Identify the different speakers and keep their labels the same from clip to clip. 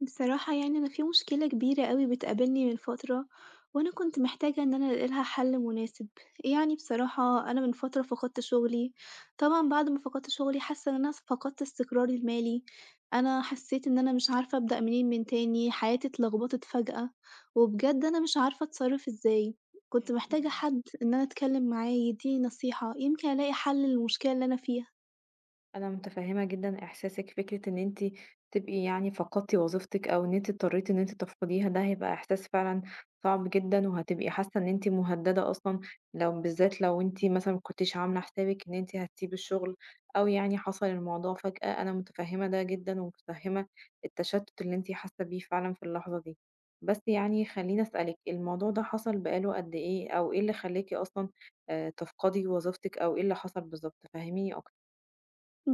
Speaker 1: بصراحة يعني أنا في مشكلة كبيرة أوي بتقابلني من فترة، وأنا كنت محتاجة إن أنا ألاقي لها حل مناسب، يعني بصراحة أنا من فترة فقدت شغلي، طبعًا بعد ما فقدت شغلي حاسة إن أنا فقدت استقراري المالي، أنا حسيت إن أنا مش عارفة أبدأ منين من تاني، حياتي اتلخبطت فجأة، وبجد أنا مش عارفة أتصرف إزاي، كنت محتاجة
Speaker 2: إمم.
Speaker 1: حد إن أنا أتكلم معاه يديني نصيحة، يمكن ألاقي حل للمشكلة اللي أنا فيها.
Speaker 2: أنا متفهمة جدًا إحساسِك، فكرة إن أنتِ تبقي يعني فقدتِ وظيفتِك أو إن أنتِ اضطريتِ إن أنتِ تفقديها، ده هيبقى إحساس فعلًا صعب جدًا، وهتبقي حاسة إن أنتِ مهددة أصلًا، لو بالذات لو أنتِ مثلًا ما كنتيش عاملة حسابِك إن أنتِ هتسيبي الشغل، أو يعني حصل الموضوع فجأة، أنا متفهمة ده جدًا، ومتفهمة التشتت اللي أنتِ حاسة بيه فعلًا في اللحظة دي. بس يعني خلّيني أسألِك، الموضوع ده حصل بقى له قد إيه، أو إيه اللي خلّاكِ أصلًا تفقدي وظيفتِك، أو إيه اللي حصل بالضبط؟ فهّميني أكتر.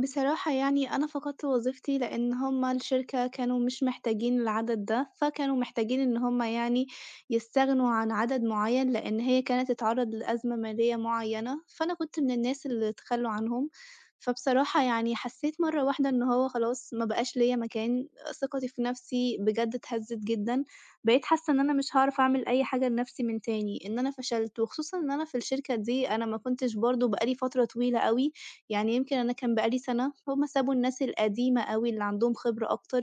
Speaker 1: بصراحة يعني أنا فقدت وظيفتي، لإن هُم الشركة كانوا مش محتاجين العدد ده، فكانوا محتاجين إن هُم يعني يستغنوا عن عدد معيّن، لإن هي كانت اتعرضت لأزمة مالية معيّنة، فأنا كنت من الناس اللي اتخلّوا عنهم، فبصراحة يعني حسّيت مرّة واحدة إن هو خلاص ما بقاش ليّا مكان، ثقتي في نَفْسي بجد اتهزّت جدًا، بقيت حاسّة إن أنا مش هاعرف أعمل أي حاجة لنَفْسي من تاني، إن أنا فشلت، وخصوصًا إن أنا في الشركة دي أنا ما كنتش برضه بقى لي فترة طويلة أوي، يعني يمكن أنا كان بقى لي سَنة، هُم سابوا الناس القديمة أوي اللي عندهم خبرة أكتر،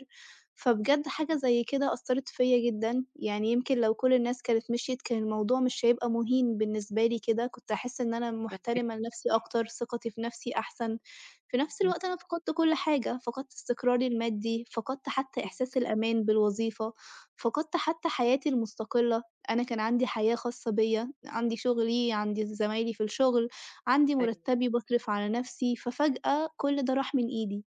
Speaker 1: فبجد حاجة زي كده أثّرت فيّا جدًا، يعني يمكن لو كل الناس كانت مشيت كان الموضوع مش هيبقى مُهين بالنسبة لي كده، كنت هاحس إن أنا
Speaker 2: فاهماكِ.
Speaker 1: محترمة لنفسي أكتر، ثقتي في نفسي أحسن، في نفس
Speaker 2: إمم.
Speaker 1: الوقت أنا فقدت كل حاجة، فقدت استقراري المادي، فقدت حتى
Speaker 2: إمم.
Speaker 1: إحساس الأمان بالوظيفة، فقدت حتى حياتي المستقلة، أنا كان عندي حياة خاصة بيّا، عندي شُغلي، عندي زمايلي في الشغل. عندي
Speaker 2: أيوه.
Speaker 1: مرتبي، باصرف على نفسي، ففجأة كل ده راح من إيدي.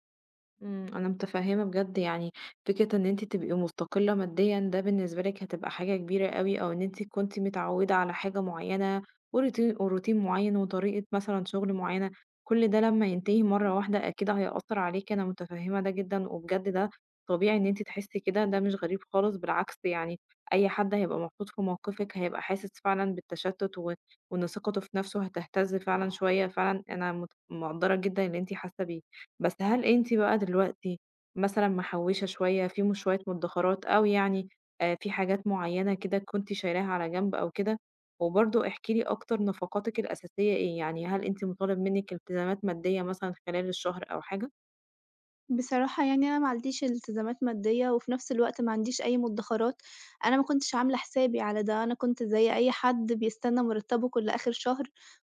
Speaker 2: إمم. أنا متفهمة بجد يعني فكرة إن أنتِ تبقي مستقلة ماديًا ده بالنسبة لِك هتبقى حاجة كبيرة أوي، أو إن أنتِ كنتِ متعودة على حاجة معينة وروتين معين وطريقة مثلًا شغل معينة، كل ده لمّا ينتهي مرة واحدة أكيد هيأثّر عليكِ، أنا متفهمة ده جدًا، وبجد ده طبيعي إن أنتِ تحسي كده، ده مش غريب خالص بالعكس يعني أي حد هيبقى محطوط في موقفِك هيبقى حاسس فعلًا بالتشتت و وإن ثقته في نفسه هتهتز فعلًا شوية، فعلًا أنا مت مقدّرة جدًا اللي أنتِ حاسة بيه. بس هل أنتِ بقى دلوقتي مثلًا محوّشة شوية فيهم شوية مدخرات أو يعني في حاجات معيّنة كده كنتِ شايلاها على جنب أو كده؟ وبرضه احكي لي أكتر نفقاتِك الأساسية إيه؟ يعني هل أنتِ مطالب منِّك التزامات مادية مثلًا خلال الشهر أو حاجة؟
Speaker 1: بصراحة يعني أنا ما عنديش التزامات مادية، وفي نفس الوقت ما عنديش أي مدخرات، أنا ما كنتش عاملة حسابي على ده، أنا كنت زي أي حد بيستنى مرتبه كل آخر شهر،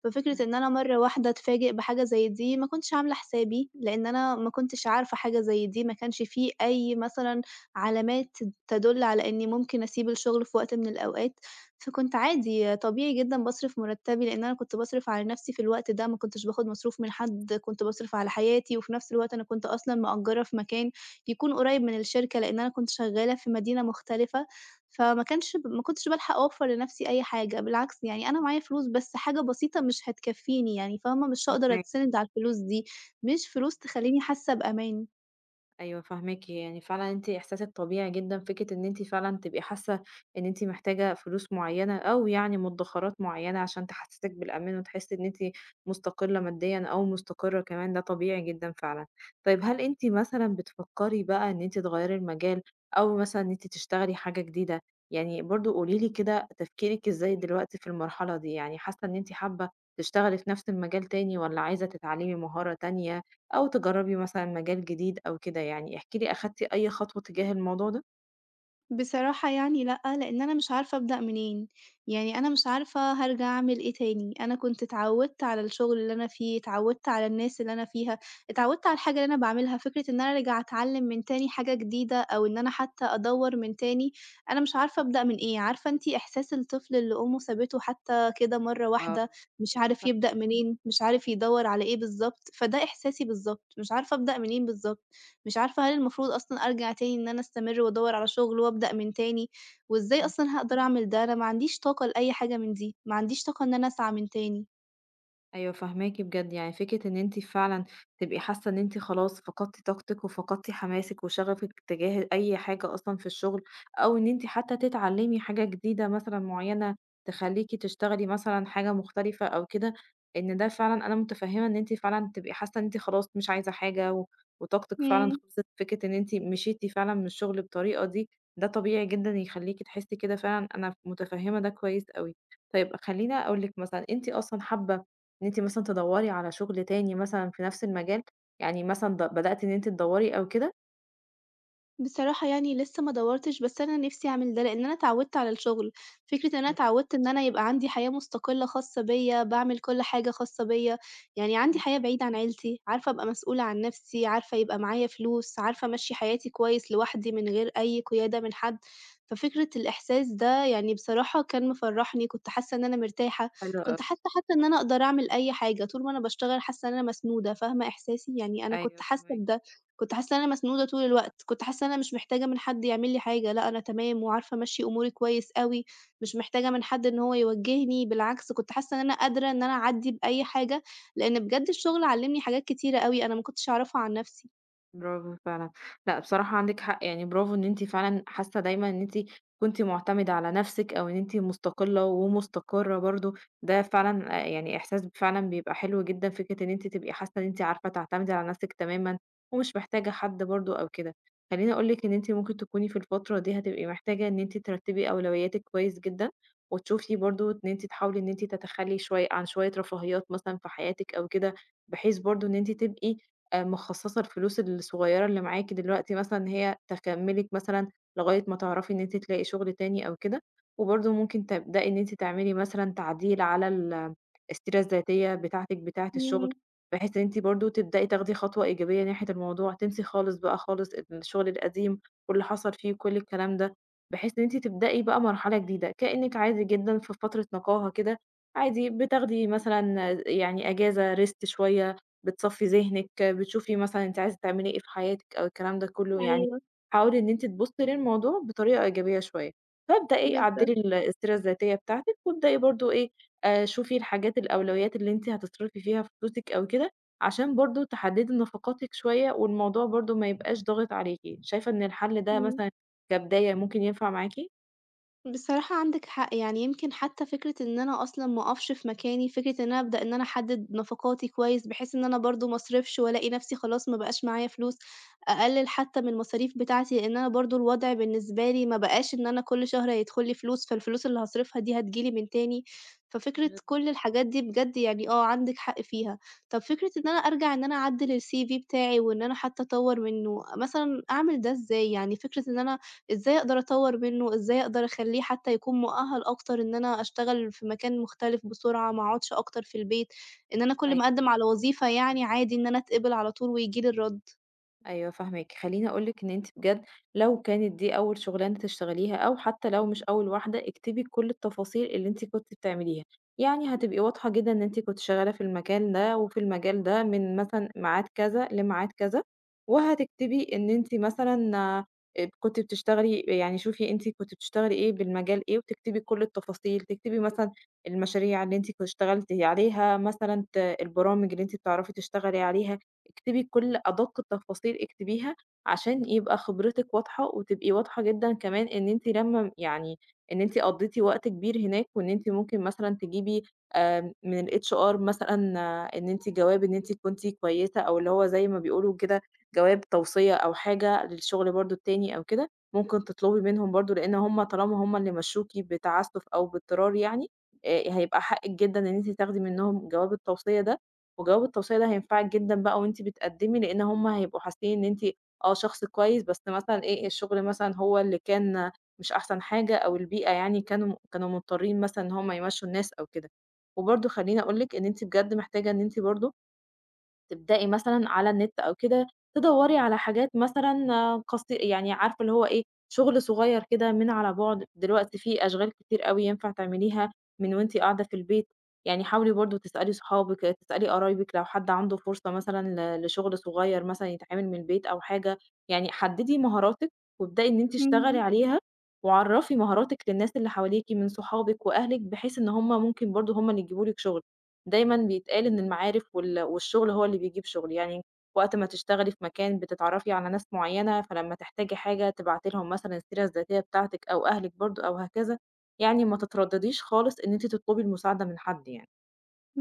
Speaker 1: ففكرة
Speaker 2: إمم.
Speaker 1: إن أنا مرة واحدة أتفاجئ بحاجة زي دي ما كنتش عاملة حسابي، لإن أنا ما كنتش عارفة حاجة زي دي، ما كانش في أي مثلًا علامات تدل على إني ممكن أسيب الشغل في وقت من الأوقات. فكنت عادي طبيعي جدًا باصرف مرتبي، لإن أنا كنت باصرف على نفسي في الوقت ده، ما كنتش باخد مصروف من حد، كنت باصرف على حياتي، وفي نفس الوقت أنا كنت أصلًا مأجرة في مكان يكون قريب من الشركة، لإن أنا كنت شغالة في مدينة مختلفة، فما كانش ما كنتش بالحق أوفّر لنفسي أي حاجة، بالعكس يعني أنا معايا فلوس بس حاجة بسيطة مش هتكفيني يعني، فاهمة؟ مش هاقدر
Speaker 2: فاهماك.
Speaker 1: أتسند على الفلوس دي، مش فلوس تخلّيني حاسة بأمان.
Speaker 2: أيوه فاهماكِ، يعني فعلًا أنتِ إحساسِك طبيعي جدًا، فكرة إن أنتِ فعلًا تبقي حاسة إن أنتِ محتاجة فلوس معيّنة أو يعني مُدخرّات معيّنة عشان تحسسِك بالأمان وتحسي إن أنتِ مستقلة ماديًا أو مستقرة كمان، ده طبيعي جدًا فعلًا. طيب هل أنتِ مثلًا بتفكّري بقى إن أنتِ تغيّري المجال أو مثلًا إن أنتِ تشتغلي حاجة جديدة؟ يعني برضه قولي لي كده تفكيرِك إزاي دلوقتي في المرحلة دي، يعني حاسة إن أنتِ حابة تشتغلي في نفس المجال تاني والّا عايزة تتعلمي مهارة تانية أو تجرّبي مثلًا مجال جديد أو كده يعني، احكي لي أخدتِ أي خطوة تجاه الموضوع ده؟
Speaker 1: بصراحة يعني لأ، لإن أنا مش عارفة أبدأ منين، يعني أنا مش عارفة هارجع أعمل إيه تاني، أنا كنت اتعودت على الشغل اللي أنا فيه، اتعودت على الناس اللي أنا فيها، اتعودت على الحاجة اللي أنا باعملها، فكرة إن أنا أرجع أتعلم من تاني حاجة جديدة أو إن أنا حتى أدوّر من تاني، أنا مش عارفة أبدأ من إيه، عارفة أنتِ إحساس الطفل اللي أمه سابته حتى كده مرّة واحدة،
Speaker 2: آه.
Speaker 1: مش عارف
Speaker 2: فاهمة.
Speaker 1: يبدأ منين، مش عارف يدوّر على إيه بالضبط، فده إحساسي بالضبط، مش عارفة أبدأ منين بالضبط. مش عارفة هل المفروض أصلًا أرجع تاني إن أنا أستمر وأدوّر على شغل وأبدأ من تاني، وإزاي
Speaker 2: إمم.
Speaker 1: أصلًا هاقدر أعمل ده؟ أنا ما عنديش طاقة لأي حاجة من دي، ما عنديش طاقة إن أنا أسعى من تاني.
Speaker 2: أيوه فاهماكِ بجد، يعني فكرة إن أنتِ فعلًا تبقي حاسة إن أنتِ خلاص فقدتِ طاقتِك وفقدتِ حماسِك وشغفِك تجاه أي حاجة أصلًا في الشغل، أو إن أنتِ حتى تتعلمي حاجة جديدة مثلًا معينة تخلّيكِ تشتغلي مثلًا حاجة مختلفة أو كده، إن ده فعلًا أنا متفهمة إن أنتِ فعلًا تبقي حاسة إن أنتِ خلاص مش عايزة حاجة و وطاقتِك فعلًا
Speaker 1: إمم.
Speaker 2: خلصت، فكرة إن أنتِ مشيتِ فعلًا من الشغل بالطريقة دي، ده طبيعي جدًا يخلّيكِ تحسي كده فعلًا، أنا متفهمة ده كويس أوي. طيب خلّيني أقول لِك مثلًا، أنتِ أصلًا حابة إن أنتِ مثلًا تدوّري على شغل تاني مثلًا في نفس المجال؟ يعني مثلًا د بدأتِ إن أنتِ تدوّري أو كده؟
Speaker 1: بصراحة يعني لسه ما دوّرتش، بس أنا نِفْسي أعمل ده، لإن أنا اتعوّدت على الشغل، فكرة إن أنا
Speaker 2: إمم.
Speaker 1: اتعوّدت إن أنا يبقى عندي حياة مستقلة خاصة بيّا، باعمل كل حاجة خاصة بيّا، يعني عندي
Speaker 2: فاهمة.
Speaker 1: حياة بعيدة عن عيلتي، عارفة أبقى مسؤولة عن نَفْسي، عارفة يبقى معايا فلوس، عارفة أمشّي حياتي كويس لوحدي من غير أي قيادة من حد، ففكرة الإحساس ده يعني بصراحة كان مفرّحني، كنت حاسة إن أنا مرتاحة،
Speaker 2: حلو أوي.
Speaker 1: كنت حاسة حتى إن أنا أقدر أعمل أي حاجة، طول ما أنا باشتغل حاسة إن أنا مسنودة، فاهمة إحساسي؟ يعني أنا كنت
Speaker 2: أيوه
Speaker 1: حاسة
Speaker 2: فاهماكِ.
Speaker 1: بده. كنت حاسة إن أنا مسنودة طول الوقت، كنت حاسة إن أنا مش محتاجة من حد يعمل لي حاجة، لأ أنا تمام وعارفة أمشّي أموري كويس أوي، مش محتاجة من حد إن هو يوجّهني، بالعكس كنت حاسة إن أنا قادرة إن أنا أعدّي بأي حاجة، لإن بجد الشغل علّمني حاجات كتيرة أوي أنا ما كنتش أعرفها عن نَفْسي.
Speaker 2: برافو فعلًا. لأ، بصراحة عندِك حق، يعني برافو إن أنتِ فعلًا حاسة دايمًا إن أنتِ كنتِ مُعتمدة على نَفْسِك أو إن أنتِ مستقلة ومستقرة برضه، ده فعلًا يعني إحساس فعلًا بيبقى حلو جدًا، فكرة إن أنتِ تبقي حاسة إن أنتِ عارفة تعتمدي على نَفْسِك تمامًا ومش محتاجة حد برضه أو كده. خلّيني أقول لِك إن أنتِ ممكن تكوني في الفترة دي هتبقي محتاجة إن أنتِ ترتّبي أولوياتِك كويس جدًا وتشوفي برضه إن أنتِ تحاولي إن أنتِ تتخلّي شوية عن شوية رفاهيات مثلًا في حياتِك أو كده، بحيث برضه إن أنتِ تبقي مخصصة الفلوس الصغيرة اللي معاكِ دلوقتي مثلًا إن هي تكمّلِك مثلًا لغاية ما تعرفي إن أنتِ تلاقي شغل تاني أو كده، وبرضه ممكن تبدئي إن أنتِ تعملي مثلًا تعديل على ال السيرة الذاتية بتاعتِك بتاعة الشغل،
Speaker 1: إمم،
Speaker 2: بحيث إن أنتِ برضه تبدئي تاخدي خطوة إيجابية ناحية الموضوع، تنسي خالص بقى خالص الشغل القديم واللي حصل فيه وكل الكلام ده، بحيث إن أنتِ تبدئي بقى مرحلة جديدة، كإنِّك عادي جدًا في فترة نقاهة كده، عادي بتاخدي مثلًا يعني أجازة، rest شوية، بتصفّي ذهنِك، بتشوفي مثلًا أنتِ عايزة تعملي إيه في حياتِك أو الكلام ده كلّه، يعني
Speaker 1: أيوه،
Speaker 2: حاولي إن أنتِ تبُصّي للموضوع بطريقة إيجابية شوية، فابدئي
Speaker 1: بالضبط،
Speaker 2: عدّلي ال السيرة الذاتية بتاعتِك، وابدئي برضه إيه، شوفي الحاجات الأولويات اللي أنتِ هتصرفي فيها فلوسِك أو كده، عشان برضه تحدّدي نفقاتِك شوية، والموضوع برضه ما يبقاش ضاغط عليكِ، شايفة إن الحل ده
Speaker 1: إمم.
Speaker 2: مثلًا كبداية ممكن ينفع معاكِ؟
Speaker 1: بصراحة عندِك حق، يعني يمكن حتى فكرة إن أنا أصلًا ما أقفش في مكاني، فكرة إن أنا أبدأ إن أنا أحدد نفقاتي كويس، بحيث إن أنا برضه ما أصرفش وألاقي نفسي خلاص ما بقاش معايا فلوس، أقلل حتى من المصاريف بتاعتي، لإن أنا برضه الوضع بالنسبة لي ما بقاش إن أنا كل شهر هيدخل لي فلوس، فالفلوس اللي هاصرفها دي هتيجي لي من تاني، ففكرة
Speaker 2: بالض
Speaker 1: كل الحاجات دي بجد يعني آه، عندِك حق فيها. طب فكرة إن أنا أرجع إن أنا أعدل الCV بتاعي وإن أنا حتى أطوّر منه، مثلًا أعمل ده إزاي؟ يعني فكرة إن أنا إزاي أقدر أطوّر منّه، إزاي أقدر أخلّيه حتّى يكون مؤهَّل أكتر إن أنا أشتغل في مكان مختلف بسرعة، ما أقعدش أكتر في البيت، إن أنا كل
Speaker 2: أيوه.
Speaker 1: ما أقدّم على وظيفة يعني عادي إن أنا أتقبل على طول وييجي لي الرَّد؟
Speaker 2: أيوه فاهماكِ، خلّيني أقول لِك إن أنتِ بجد لو كانت دي أول شغلانة تشتغليها أو حتى لو مش أول واحدة، اكتبي كل التفاصيل اللي أنتِ كنتِ بتعمليها، يعني هتبقي واضحة جدًا إن أنتِ كنتِ شغالة في المكان ده وفي المجال ده من مثلًا ميعاد كذا لميعاد كذا، وهتكتبي إن أنتِ مثلًا كنتِ بتشتغلي يعني شوفي أنتِ كنتِ بتشتغلي إيه، بالمجال إيه، وتكتبي كل التفاصيل، تكتبي مثلًا المشاريع اللي أنتِ كنتِ اشتغلتِ عليها مثلًا ت البرامج اللي أنتِ بتعرفي تشتغلي عليها، اكتبي كل أدق التفاصيل اكتبيها عشان يبقى خبرتِك واضحة، وتبقي واضحة جدًا كمان إن أنتِ لمّا يعني إن أنتِ قضيتِ وقت كبير هناك، وإن أنتِ ممكن مثلًا تجيبي من الHR مثلًا آه، إن أنتِ جواب إن أنتِ كنتِ كويسة، أو اللي هو زي ما بيقولوا كده جواب توصية أو حاجة للشغل برضه التاني أو كده، ممكن تطلبي منهم برضه لإن هُم طالما هُم اللي مشّوكِ بتعسُّف أو باضطرار يعني، هيبقى حقِّك جدًا إن أنتِ تاخدي منهم جواب التوصية ده، وجواب التوصية ده هينفعِك جدًا بقى وأنتِ بتقدّمي، لإن هُم هيبقوا حاسين إن أنتِ آه شخص كويس، بس مثلًا إيه، الشغل مثلًا هو اللي كان مش أحسن حاجة أو البيئة يعني كانوا مضطرين مثلًا إن هُم يمشّوا الناس أو كده. وبرضه خلّيني أقول لِك إن أنتِ بجد محتاجة إن أنتِ برضه تبدئي مثلًا على النت أو كده تدوّري على حاجات مثلًا آه، قصي يعني عارفة اللي هو إيه، شغل صغير كده من على بُعد، دلوقتي في أشغال كتير أوي ينفع تعمليها من وأنتِ قاعدة في البيت، يعني حاولي برضه تسألي صحابِك، تسألي قرايبِك لو حد عنده فرصة مثلًا لشغل صغير مثلًا يتعمل من البيت أو حاجة، يعني حددي مهاراتِك وابدئي إن أنتِ اشتغلي
Speaker 1: إمم.
Speaker 2: عليها، وعرّفي مهاراتِك للناس اللي حواليكِ من صحابِك وأهلِك، بحيث إن هُم ممكن برضه هُم اللي يجيبوا لِك شغل. دايمًا بيتقال إن المعارف والشغل هو اللي بيجيب شغل، يعني وقت ما تشتغلي في مكان بتتعرفي على ناس معيّنة، فلمّا تحتاجي حاجة تبعتي لهم مثلًا السيرة الذاتية بتاعتِك أو أهلِك برضه أو هكذا، يعني ما تتردديش خالص إن أنتِ تطلبي المساعدة من حد يعني.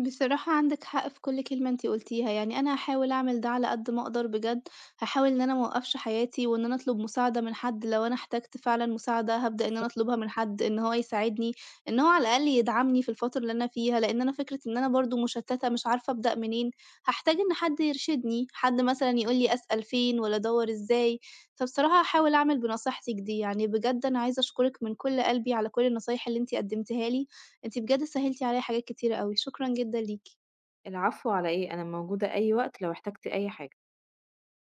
Speaker 1: بصراحة عندِك حق في كل كلمة أنتِ قُلتيها، يعني أنا هاحاول أعمل ده على قد ما أقدر بجد، هاحاول إن أنا ما أوقّفش حياتي وإن أنا أطلب مساعدة من حد، لو أنا احتجت فعلًا مساعدة هابدأ إن أنا
Speaker 2: بالضبط.
Speaker 1: أطلبها من حد، إن هو يساعدني، إن هو على الأقل يدعمني في الفترة اللي أنا فيها، لإن أنا فكرة إن أنا برضه مشتّتة مش عارفة أبدأ منين، هاحتاج إن حد يرشدني، حد مثلًا يقول لي أسأل فين والّا أدوّر إزاي، فبصراحة هاحاول أعمل بنصيحتِك دي، يعني بجد أنا عايزة أشكرِك من كل قلبي على كل النصايح اللي أنتِ قدّمتيها لي. أنتِ بجد سهّلتِ عليّا حاجات كتيرة أوي، شكرًا جدًا ليكِ.
Speaker 2: العفو على إيه، أنا موجودة أي وقت لو احتجتِ أي حاجة.